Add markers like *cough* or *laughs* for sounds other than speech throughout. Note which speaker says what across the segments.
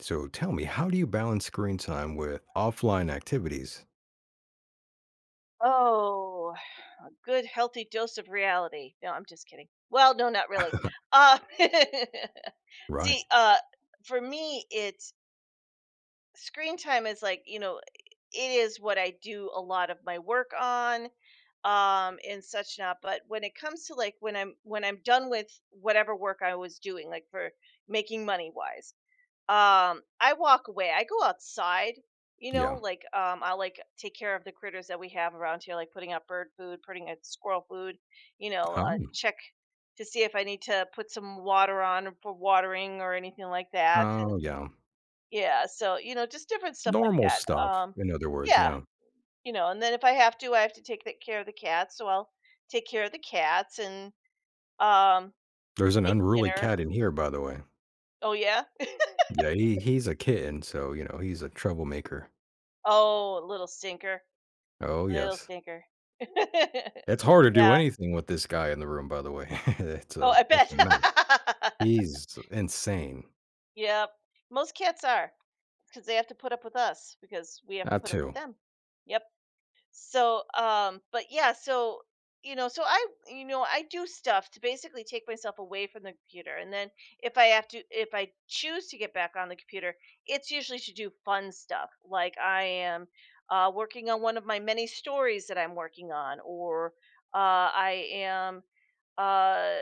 Speaker 1: So tell me, how do you balance screen time with offline activities?
Speaker 2: Oh, a good healthy dose of reality. No, I'm just kidding. Well, no, not really. Uh, *laughs*
Speaker 1: Right.
Speaker 2: see, for me, it's screen time is like, it is what I do a lot of my work on and such not, but when it comes to like when I'm done with whatever work I was doing like for making money wise, I walk away. I go outside, you know,
Speaker 1: Yeah.
Speaker 2: like, I'll, like, take care of the critters that we have around here, like putting out bird food, putting out squirrel food,
Speaker 1: Oh.
Speaker 2: check to see if I need to put some water on for watering or anything like that, and
Speaker 1: Oh, yeah.
Speaker 2: yeah, so, you know, just different stuff like
Speaker 1: Normal
Speaker 2: that,
Speaker 1: stuff, in other words,
Speaker 2: yeah,
Speaker 1: yeah.
Speaker 2: you know, and then if I have to, I have to take that care of the cats, so I'll take care of the cats and, um,
Speaker 1: There's an
Speaker 2: make
Speaker 1: unruly
Speaker 2: dinner.
Speaker 1: cat in here, by the way.
Speaker 2: Oh, yeah?
Speaker 1: Yeah, he's a kitten, so, you know, he's a troublemaker.
Speaker 2: Oh, little stinker,
Speaker 1: Oh,
Speaker 2: little
Speaker 1: yes.
Speaker 2: stinker. *laughs*
Speaker 1: It's hard to do
Speaker 2: Yeah.
Speaker 1: anything with this guy in the room, by the way. *laughs* it's
Speaker 2: Oh,
Speaker 1: a
Speaker 2: I
Speaker 1: it's
Speaker 2: bet.
Speaker 1: a mess.
Speaker 2: *laughs*
Speaker 1: He's insane.
Speaker 2: Yep. Most cats are, because they have to put up with us because we have to
Speaker 1: That
Speaker 2: put up with
Speaker 1: too.
Speaker 2: them. Yep. So, but yeah, so, I do stuff to basically take myself away from the computer, and then if I choose to get back on the computer, it's usually to do fun stuff. Like I am, working on one of my many stories that I'm working on, or, uh, I am, uh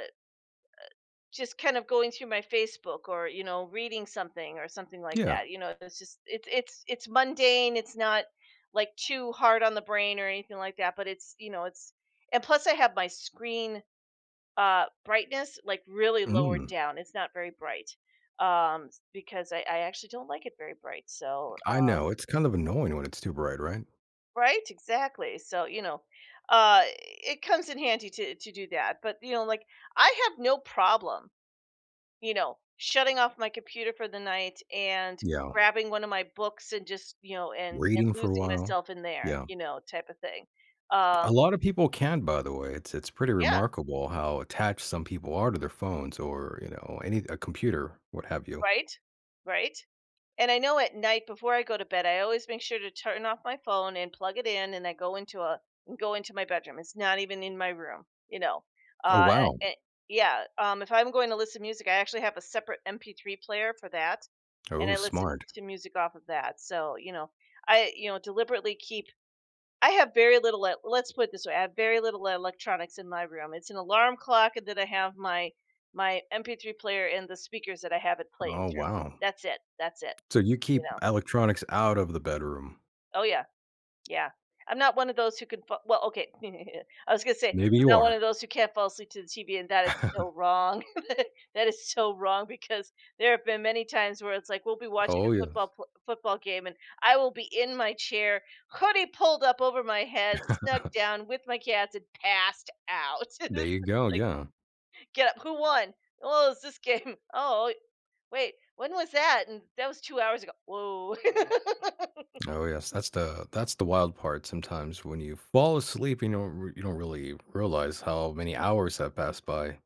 Speaker 2: just kind of going through my Facebook or, you know, reading something or something like
Speaker 1: Yeah.
Speaker 2: that. You know, it's mundane, it's not like too hard on the brain or anything like that, but it's, you know, it's, and plus I have my screen brightness like really lowered
Speaker 1: Mm,
Speaker 2: down. It's not very bright. Um because I actually don't like it very bright. So,
Speaker 1: I know. It's kind of annoying when it's too bright, right?
Speaker 2: right, exactly. So, you know, it comes in handy to do that. But, you know, like I have no problem, you know, shutting off my computer for the night and
Speaker 1: Yeah.
Speaker 2: grabbing one of my books and just, you know, and
Speaker 1: Reading for a
Speaker 2: losing
Speaker 1: while.
Speaker 2: myself in there,
Speaker 1: Yeah.
Speaker 2: you know, type of thing.
Speaker 1: A
Speaker 2: Um
Speaker 1: lot of people can, by the way. It's pretty
Speaker 2: yeah,
Speaker 1: remarkable how attached some people are to their phones or, you know, any a computer, what have you.
Speaker 2: right? Right? And I know at night before I go to bed, I always make sure to turn off my phone and plug it in, and I go into a and go into my bedroom. It's not even in my room, you know.
Speaker 1: Oh,
Speaker 2: Uh,
Speaker 1: wow.
Speaker 2: a- a- yeah. If I'm going to listen to music, I actually have a separate MP3 player for that, and
Speaker 1: Oh,
Speaker 2: I listen
Speaker 1: smart.
Speaker 2: to music off of that. So you know, deliberately keep. I have very little. Let's put it this way: I have very little electronics in my room. It's an alarm clock, and then I have my MP3 player and the speakers that I have it playing
Speaker 1: Oh,
Speaker 2: through.
Speaker 1: wow.
Speaker 2: That's it. That's it.
Speaker 1: So you
Speaker 2: You
Speaker 1: keep
Speaker 2: know.
Speaker 1: electronics out of the bedroom.
Speaker 2: Oh, yeah, yeah. I'm not one of those who can fa Well, okay, *laughs* I was gonna say,
Speaker 1: Maybe
Speaker 2: I'm
Speaker 1: you
Speaker 2: not one of
Speaker 1: are.
Speaker 2: those who can't fall asleep to the TV, and that is so
Speaker 1: *laughs*
Speaker 2: wrong. *laughs* That is so wrong because there have been many times where it's like we'll be watching
Speaker 1: Oh,
Speaker 2: a
Speaker 1: yes.
Speaker 2: football game, and I will be in my chair, hoodie pulled up over my head, snugged down with my cats, and passed out. *laughs* And it's
Speaker 1: There you
Speaker 2: just
Speaker 1: go.
Speaker 2: like,
Speaker 1: Yeah.
Speaker 2: "Get up. Who won? Oh, it's this game. *laughs* Oh, wait, when was that?" And that was two hours ago. Whoa. *laughs*
Speaker 1: Oh, yes. That's the wild part sometimes when you fall asleep, you don't you don't really realize how many hours have passed by.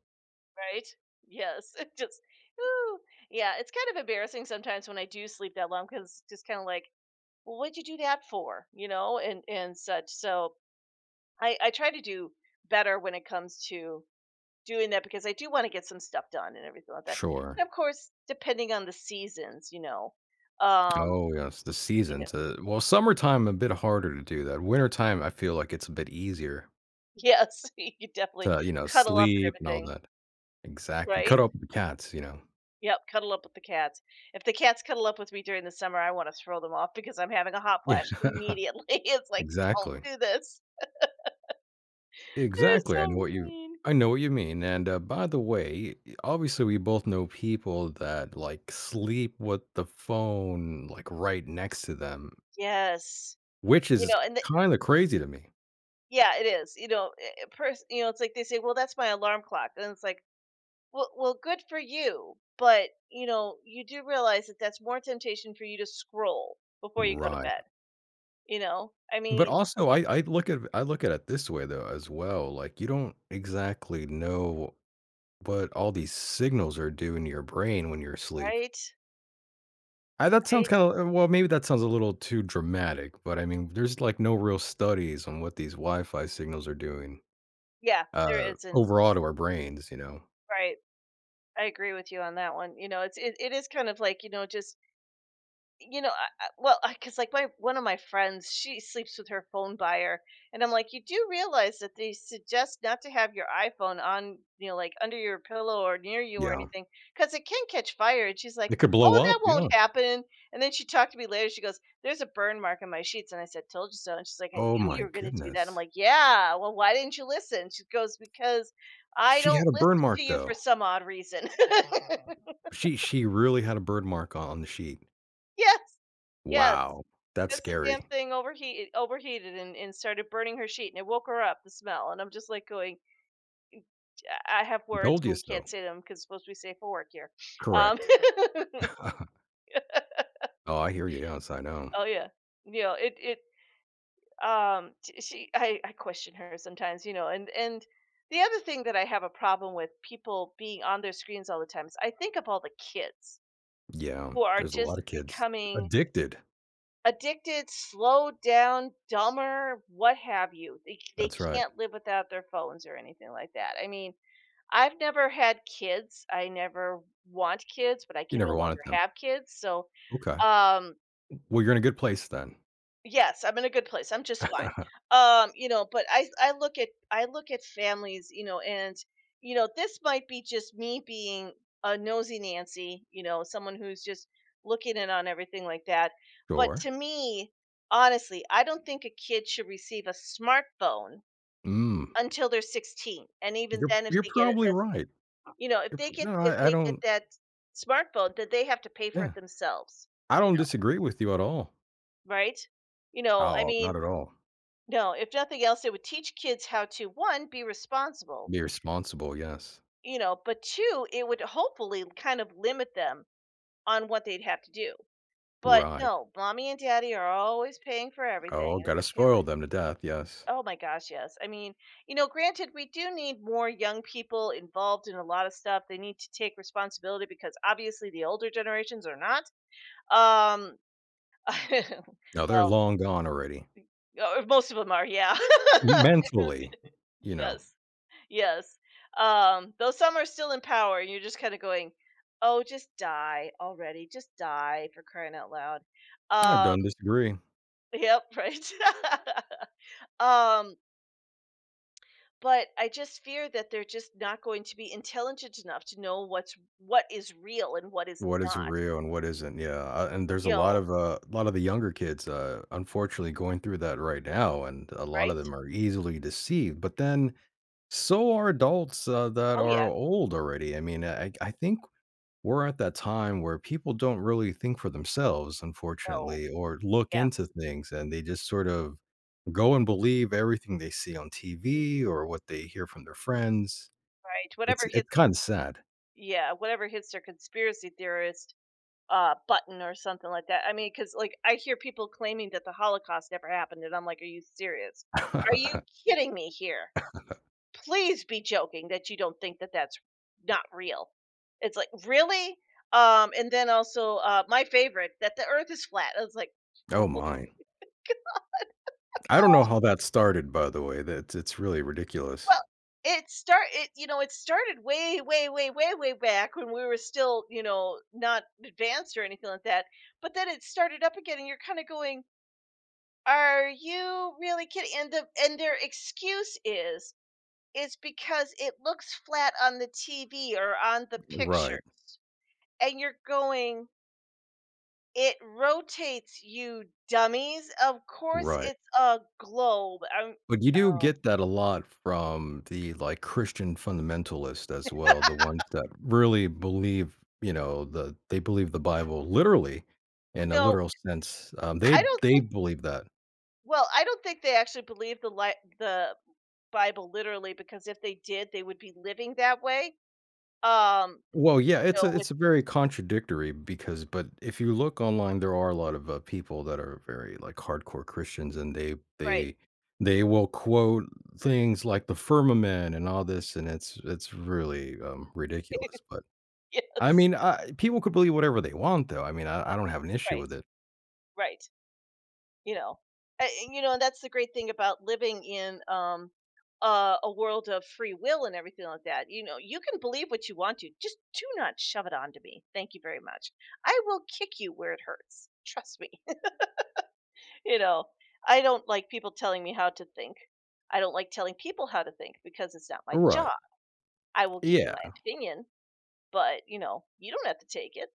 Speaker 2: Right? Yes. *laughs* It just ooh. Yeah, it's kind of embarrassing sometimes when I do sleep that long because just kind of like, well, what'd you do that for? You know, and such. So I try to do better when it comes to doing that because I do want to get some stuff done and everything like that.
Speaker 1: Sure.
Speaker 2: And of course, depending on the seasons, um,
Speaker 1: Oh, yes, the
Speaker 2: you know,
Speaker 1: seasons, well, summertime a bit harder to do that. Wintertime, I feel like it's a bit easier
Speaker 2: *laughs* yes, *laughs* you could definitely
Speaker 1: to, you know,
Speaker 2: cuddle up and
Speaker 1: sleep and all
Speaker 2: everything,
Speaker 1: that. Exactly.
Speaker 2: right?
Speaker 1: Cut up the cats, you know?
Speaker 2: Yep, cuddle up with the cats. If the cats cuddle up with me during the summer, I wanna throw them off because I'm having a hot
Speaker 1: Yeah,
Speaker 2: flash immediately. *laughs* It's
Speaker 1: *laughs*
Speaker 2: like, "Don't
Speaker 1: exactly.
Speaker 2: do this." They're
Speaker 1: Exactly,
Speaker 2: so mean.
Speaker 1: I know what you mean, and, by the way, obviously, we both know people that, like, sleep with the phone, like, right next to them,
Speaker 2: Yes.
Speaker 1: which
Speaker 2: You
Speaker 1: is
Speaker 2: know, and the
Speaker 1: kinda crazy to me.
Speaker 2: Yeah, it is. You know, eh eh, pers you know, it's like they say, "Well, that's my alarm clock," and it's like, Well, good for you, but, you know, you do realize that that's more temptation for you to scroll before you go to
Speaker 1: Right.
Speaker 2: bed." You know? I
Speaker 1: But
Speaker 2: mean,
Speaker 1: also, I look at it this way though as well. Like you don't exactly know what all these signals are doing to your brain when you're asleep.
Speaker 2: right?
Speaker 1: That sounds
Speaker 2: Right?
Speaker 1: kind of well, maybe that sounds a little too dramatic, but I mean, there's like no real studies on what these Wi-Fi signals are doing
Speaker 2: Yeah, there isn't.
Speaker 1: overall to our brains. You know,
Speaker 2: Right. I agree with you on that one. You know, it is kind of like, you know, just you know well because like my one of my friends, she sleeps with her phone by her, and I'm like, you do realize that they suggest not to have your iPhone on, you know, like under your pillow or near you or
Speaker 1: yeah,
Speaker 2: anything, because it can catch fire. And she's like,
Speaker 1: it could blow
Speaker 2: oh, that
Speaker 1: up.
Speaker 2: won't
Speaker 1: Yeah.
Speaker 2: happen. And then she talked to me later, she goes, there's a burn mark on my sheets, and I said, told you so. And she's like, I
Speaker 1: Oh
Speaker 2: knew
Speaker 1: my
Speaker 2: you were gonna do that. I'm
Speaker 1: goodness,
Speaker 2: like, yeah, well, why didn't you listen? She goes, because I
Speaker 1: she
Speaker 2: don't
Speaker 1: had a
Speaker 2: listen
Speaker 1: burn
Speaker 2: to
Speaker 1: mark
Speaker 2: you for
Speaker 1: though.
Speaker 2: some odd reason. *laughs*
Speaker 1: She really had a burn mark on the sheet.
Speaker 2: Yes, yes.
Speaker 1: Wow, that's
Speaker 2: That's the damn
Speaker 1: scary.
Speaker 2: thing overheated and started burning her sheet, and it woke her up, the smell, and I'm just, like, going, I have words,
Speaker 1: Told
Speaker 2: but
Speaker 1: you
Speaker 2: we
Speaker 1: so.
Speaker 2: can't say them 'cause it's supposed to be safe for work here. Um
Speaker 1: Correct.
Speaker 2: *laughs*
Speaker 1: *laughs* Oh, I hear you. Yes, I know.
Speaker 2: Oh, yeah. You know, it, sh she, I question her sometimes, you know, and the other thing that I have a problem with people being on their screens all the time is I think of all the kids
Speaker 1: Yeah,
Speaker 2: who are
Speaker 1: there's a lot
Speaker 2: just
Speaker 1: of kids
Speaker 2: becoming
Speaker 1: addicted.
Speaker 2: addicted, slowed down, dumber, what have you. They
Speaker 1: That's right.
Speaker 2: can't live without their phones or anything like that. I mean, I've never had kids. I never want kids, but I
Speaker 1: You
Speaker 2: can no
Speaker 1: never wanted
Speaker 2: longer
Speaker 1: them.
Speaker 2: have kids, so,
Speaker 1: Okay.
Speaker 2: um
Speaker 1: Well, you're in a good place then.
Speaker 2: yes, I'm in a good place. I'm just fine.
Speaker 1: *laughs*
Speaker 2: You know, but I look at families, you know, and you know, this might be just me being a nosy Nancy, you know, someone who's just looking in on everything like that. But
Speaker 1: Sure.
Speaker 2: to me, honestly, I don't think a kid should receive a smartphone
Speaker 1: Mm.
Speaker 2: until they're 16. And even
Speaker 1: You're
Speaker 2: then, if
Speaker 1: you're
Speaker 2: they get it
Speaker 1: probably
Speaker 2: as
Speaker 1: right.
Speaker 2: you know,
Speaker 1: You're p No,
Speaker 2: if
Speaker 1: I I
Speaker 2: they get
Speaker 1: don't
Speaker 2: that smartphone, then they have to pay for it
Speaker 1: Yeah.
Speaker 2: themselves,
Speaker 1: I
Speaker 2: you
Speaker 1: don't disagree with you at all.
Speaker 2: know, right? You know, I
Speaker 1: Oh,
Speaker 2: mean,
Speaker 1: not at all.
Speaker 2: no, if nothing else, it would teach kids how to, one, be responsible,
Speaker 1: Be responsible, yes.
Speaker 2: you know, but two, it would hopefully kind of limit them on what they'd have to do. But
Speaker 1: Right.
Speaker 2: no, mommy and daddy are always paying for everything.
Speaker 1: Oh,
Speaker 2: And
Speaker 1: gotta
Speaker 2: it's kind
Speaker 1: spoil them to death, yes.
Speaker 2: of, oh my gosh, yes. I mean, you know, granted, we do need more young people involved in a lot of stuff. They need to take responsibility because obviously the older generations are not. Um, *laughs*
Speaker 1: No, they're
Speaker 2: well,
Speaker 1: long gone already.
Speaker 2: most of them are, yeah. *laughs*
Speaker 1: Mentally, you know,
Speaker 2: Yes. Yes. Though some are still in power, and you're just kind of going, "Oh, just die already! Just die for crying out loud!"
Speaker 1: I
Speaker 2: Um,
Speaker 1: don't disagree.
Speaker 2: yep, *laughs* right. *laughs* um, but I just fear that they're just not going to be intelligent enough to know what is real and what is
Speaker 1: What is
Speaker 2: not.
Speaker 1: real and what isn't, yeah, and there's
Speaker 2: You know,
Speaker 1: a lot of the younger kids, unfortunately going through that right now, and a lot of
Speaker 2: right?
Speaker 1: them are easily deceived, but then so are adults, that
Speaker 2: Oh
Speaker 1: are
Speaker 2: yeah,
Speaker 1: old already. I mean, I think we're at that time where people don't really think for themselves,
Speaker 2: no,
Speaker 1: unfortunately, or look
Speaker 2: yeah,
Speaker 1: into things, and they just sort of go and believe everything they see on TV or what they hear from their friends.
Speaker 2: right.
Speaker 1: It's
Speaker 2: Whatever
Speaker 1: it's
Speaker 2: hits,
Speaker 1: kinda sad.
Speaker 2: yeah, whatever hits their conspiracy theorists button or something like that. I mean, because like I hear people claiming that the Holocaust never happened, and I'm like, are you serious? Are you
Speaker 1: *laughs*
Speaker 2: kidding me here? Please be joking that you don't think that that's not real. It's like, really. And then also, my favorite, that the Earth is flat. I was like, *laughs* oh,
Speaker 1: Oh
Speaker 2: well,
Speaker 1: my. I don't know how that started, by the way. That's it's really ridiculous.
Speaker 2: it start it you know, it started way back when we were still, you know, not advanced or anything like that. But then it started up again, and you're kind of going, are you really kidding? And their excuse is, it's because it looks flat on the TV or on the
Speaker 1: Right,
Speaker 2: picture. And you're going, "It rotates, you dummies. Of course
Speaker 1: right.
Speaker 2: it's a globe." I'm
Speaker 1: But you do
Speaker 2: Oh,
Speaker 1: get that a lot from the, like, Christian fundamentalists as well, the ones that really believe, you know, they believe the Bible literally, in a
Speaker 2: no,
Speaker 1: literal sense.
Speaker 2: I don't
Speaker 1: They
Speaker 2: think,
Speaker 1: believe that.
Speaker 2: well, I don't think they actually believe the li the Bible literally, because if they did, they would be living that way. Um,
Speaker 1: Well, yeah,
Speaker 2: you know, with
Speaker 1: it's a very contradictory because but if you look online, there are a lot of, people that are very, like, hardcore Christians, and they
Speaker 2: right.
Speaker 1: they they will quote things like the firmament and all this, and it's really, ridiculous,
Speaker 2: *laughs*
Speaker 1: but I
Speaker 2: Yes.
Speaker 1: mean, I people could believe whatever they want, though. I mean, I don't have an issue
Speaker 2: Right,
Speaker 1: with it.
Speaker 2: right. you know A- and, you know and that's the great thing about living in a world of free will and everything like that. You can believe what you want to. Just do not shove it onto me, thank you very much. I will kick you where it hurts, trust me. *laughs* you know I don't like people telling me how to think. I don't like telling people how to think because it's not my job.
Speaker 1: Right.
Speaker 2: I will give you my
Speaker 1: Yeah.
Speaker 2: opinion, but you don't have to take it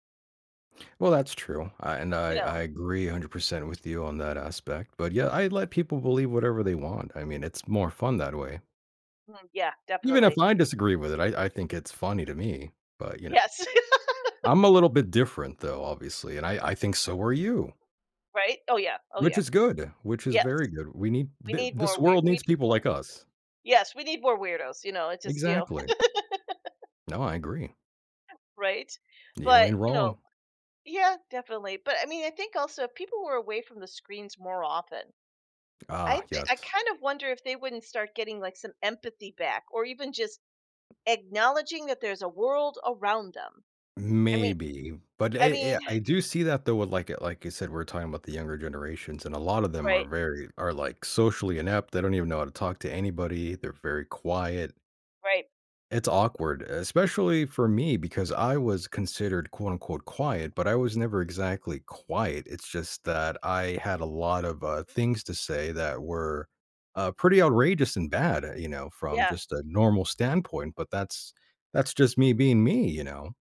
Speaker 1: Well, that's true, I and
Speaker 2: you
Speaker 1: I
Speaker 2: know
Speaker 1: agree 100% with you on that aspect, but, yeah, I let people believe whatever they want. I mean, it's more fun that way.
Speaker 2: Mm, yeah,
Speaker 1: Even if
Speaker 2: definitely.
Speaker 1: I disagree with it, I think it's funny to me, but, you know,
Speaker 2: Yes.
Speaker 1: I'm a little bit different though, obviously, and I think so are you,
Speaker 2: *laughs* Right, oh yeah, oh
Speaker 1: which
Speaker 2: yeah.
Speaker 1: is good, which is very
Speaker 2: Yes,
Speaker 1: good. We need
Speaker 2: we
Speaker 1: th
Speaker 2: need
Speaker 1: this
Speaker 2: more. we,
Speaker 1: world
Speaker 2: we
Speaker 1: needs
Speaker 2: need
Speaker 1: people
Speaker 2: more.
Speaker 1: like us.
Speaker 2: Yes, we need more weirdos, it's just,
Speaker 1: Exactly. No, I agree.
Speaker 2: *laughs* right?
Speaker 1: You
Speaker 2: But,
Speaker 1: ain't wrong.
Speaker 2: yeah, definitely. But, I mean, I think also if people were away from the screens more often,
Speaker 1: Ah,
Speaker 2: I
Speaker 1: yes.
Speaker 2: kind of wonder if they wouldn't start getting, like, some empathy back, or even just acknowledging that there's a world around them. I mean
Speaker 1: Maybe, but
Speaker 2: I mean
Speaker 1: I do see that though with like you said, we're talking about the younger generations, and a lot of
Speaker 2: *sighs*
Speaker 1: them are
Speaker 2: Right,
Speaker 1: very are, like, socially inept. They don't even know how to talk to anybody. They're very quiet.
Speaker 2: right.
Speaker 1: It's awkward, especially for me because I was considered quote unquote quiet, but I was never exactly quiet. It's just that I had a lot of things to say that were pretty outrageous and bad, you know, from
Speaker 2: Yeah,
Speaker 1: just a normal standpoint. But that's just me being me, you know.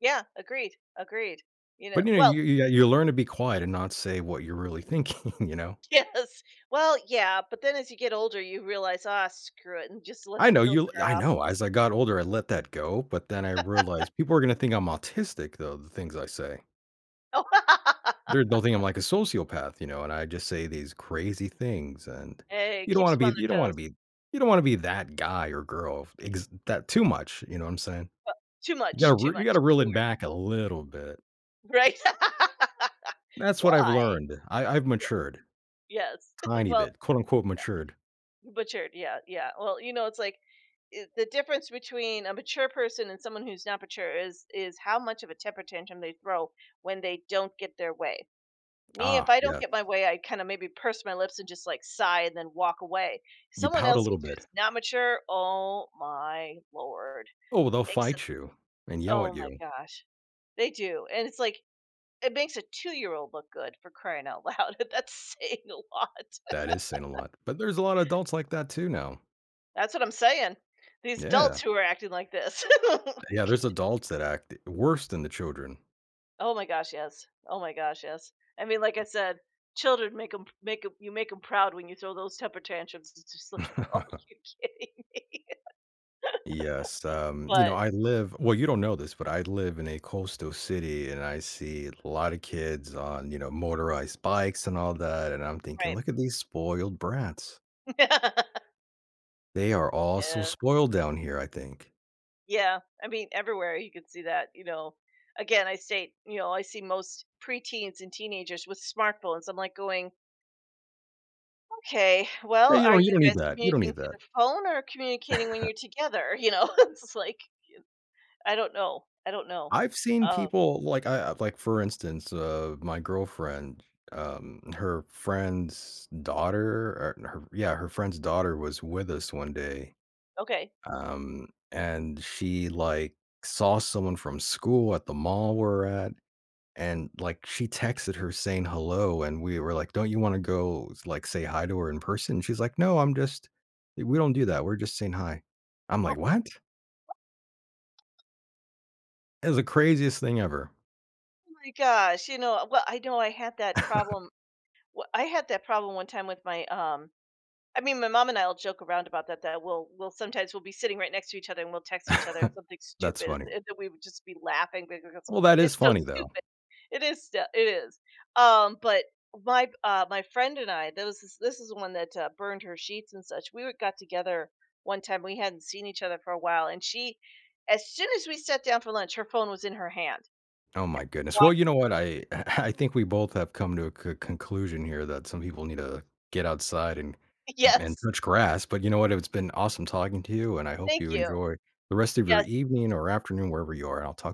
Speaker 2: yeah, agreed, agreed. You know,
Speaker 1: But you know,
Speaker 2: well,
Speaker 1: you learn to be quiet and not say what you're really thinking, *laughs* you know.
Speaker 2: *laughs* yes. Well, yeah, but then as you get older, you realize, "Ah, screw it," and just let
Speaker 1: I
Speaker 2: the
Speaker 1: know you. I
Speaker 2: filter
Speaker 1: know. As I got older, I let that go, but then I realized people are going to think I'm autistic, though the things I say.
Speaker 2: off. *laughs*
Speaker 1: There's no thing I'm like a sociopath, you know, and I just say these crazy things, and
Speaker 2: Hey,
Speaker 1: you don't
Speaker 2: keeps
Speaker 1: wanna
Speaker 2: them on
Speaker 1: be you
Speaker 2: their
Speaker 1: don't
Speaker 2: toes.
Speaker 1: wanna be you don't wanna be that guy or girl ex that too much, you know what I'm saying?
Speaker 2: Too
Speaker 1: You gotta
Speaker 2: much
Speaker 1: reel it
Speaker 2: keywords,
Speaker 1: back a little bit.
Speaker 2: right? *laughs*
Speaker 1: That's what I've
Speaker 2: Why?
Speaker 1: learned. I I've matured,
Speaker 2: Yes. *laughs*
Speaker 1: tiny
Speaker 2: Well,
Speaker 1: bit, quote, unquote, "matured."
Speaker 2: butchered, yeah, yeah. Well, you know, it's like I the difference between a mature person and someone who's not mature is how much of a temper tantrum they throw when they don't get their way. Me, if
Speaker 1: Ah,
Speaker 2: I don't
Speaker 1: yes.
Speaker 2: get my way, I kinda maybe purse my lips and just, like, sigh and then walk away.
Speaker 1: You
Speaker 2: Someone
Speaker 1: pout a
Speaker 2: else who's
Speaker 1: little bit.
Speaker 2: who's not mature, oh my lord,
Speaker 1: Oh, well, they'll
Speaker 2: makes it,
Speaker 1: fight you and yell
Speaker 2: oh
Speaker 1: at
Speaker 2: my
Speaker 1: you.
Speaker 2: gosh, they do, and it's like, it makes a two-year-old look good for crying out loud, *laughs* that's saying a lot.
Speaker 1: That is saying a lot, but there's a lot of adults like that too now.
Speaker 2: *laughs* That's what I'm saying. These adults
Speaker 1: Yeah.
Speaker 2: who are acting like this. *laughs*
Speaker 1: Yeah, there's adults that act worse than the children.
Speaker 2: Oh my gosh, yes. Oh my gosh, yes. I mean, like I said, children make them make 'em you make them proud when you throw those temper tantrums. It's just like, *laughs* oh, "Are
Speaker 1: *laughs*
Speaker 2: you kidding me?"
Speaker 1: Yes,
Speaker 2: *laughs*
Speaker 1: you know,
Speaker 2: But
Speaker 1: I live well, you don't know this, but I live in a coastal city and I see a lot of kids on, you know, motorized bikes and all that. And I'm thinking,
Speaker 2: right.
Speaker 1: look at these spoiled brats.
Speaker 2: *laughs*
Speaker 1: They are all so
Speaker 2: Yeah.
Speaker 1: spoiled down here, I think.
Speaker 2: Yeah. I mean, everywhere you can see that, you know. Again, I state, you know, I see most preteens and teenagers with smartphones. I'm like going, okay,
Speaker 1: Hey,
Speaker 2: well, are you
Speaker 1: you don't need
Speaker 2: guys
Speaker 1: that. You don't
Speaker 2: communicating
Speaker 1: need that.
Speaker 2: through the phone or communicating when you're together? You know, *laughs* it's like I don't know. I don't
Speaker 1: *laughs*
Speaker 2: know.
Speaker 1: I've seen
Speaker 2: Um,
Speaker 1: people like like for instance, my girlfriend, her friend's daughter or her yeah, her friend's daughter was with us one day.
Speaker 2: okay.
Speaker 1: And she, like, saw someone from school at the mall we're at, and, like, she texted her saying hello, and we were like, "Don't you wanna go, like, say hi to her in person?" She's like, "No, I'm just we don't do that, we're just saying hi." I'm
Speaker 2: Oh
Speaker 1: like, "What?" It was the craziest thing ever.
Speaker 2: my gosh. You know. Well, I know I had that
Speaker 1: *laughs*
Speaker 2: problem. I had that problem one time with my I mean, my mom and I'll joke around about that, that we'll sometimes we'll be sitting right next to each other and we'll text each other something
Speaker 1: That's
Speaker 2: stupid, and
Speaker 1: funny.
Speaker 2: and then we would just be laughing because
Speaker 1: Well, that is
Speaker 2: it's so
Speaker 1: funny, though.
Speaker 2: stupid. It is. But my friend and I, that was this is the one that, burned her sheets and such. We were got together one time, we hadn't seen each other for a while, and she, as soon as we sat down for lunch, her phone was in her hand
Speaker 1: Oh my goodness. Well, you
Speaker 2: watching.
Speaker 1: know what? I *laughs* I think we both have come to a conclusion here that some people need to get outside and
Speaker 2: *laughs* Yes.
Speaker 1: touch grass. But you know what? It's been awesome talking to you, and I hope
Speaker 2: Thank
Speaker 1: you
Speaker 2: you.
Speaker 1: enjoy the rest of your
Speaker 2: Yes.
Speaker 1: evening or afternoon wherever you are. And I'll talk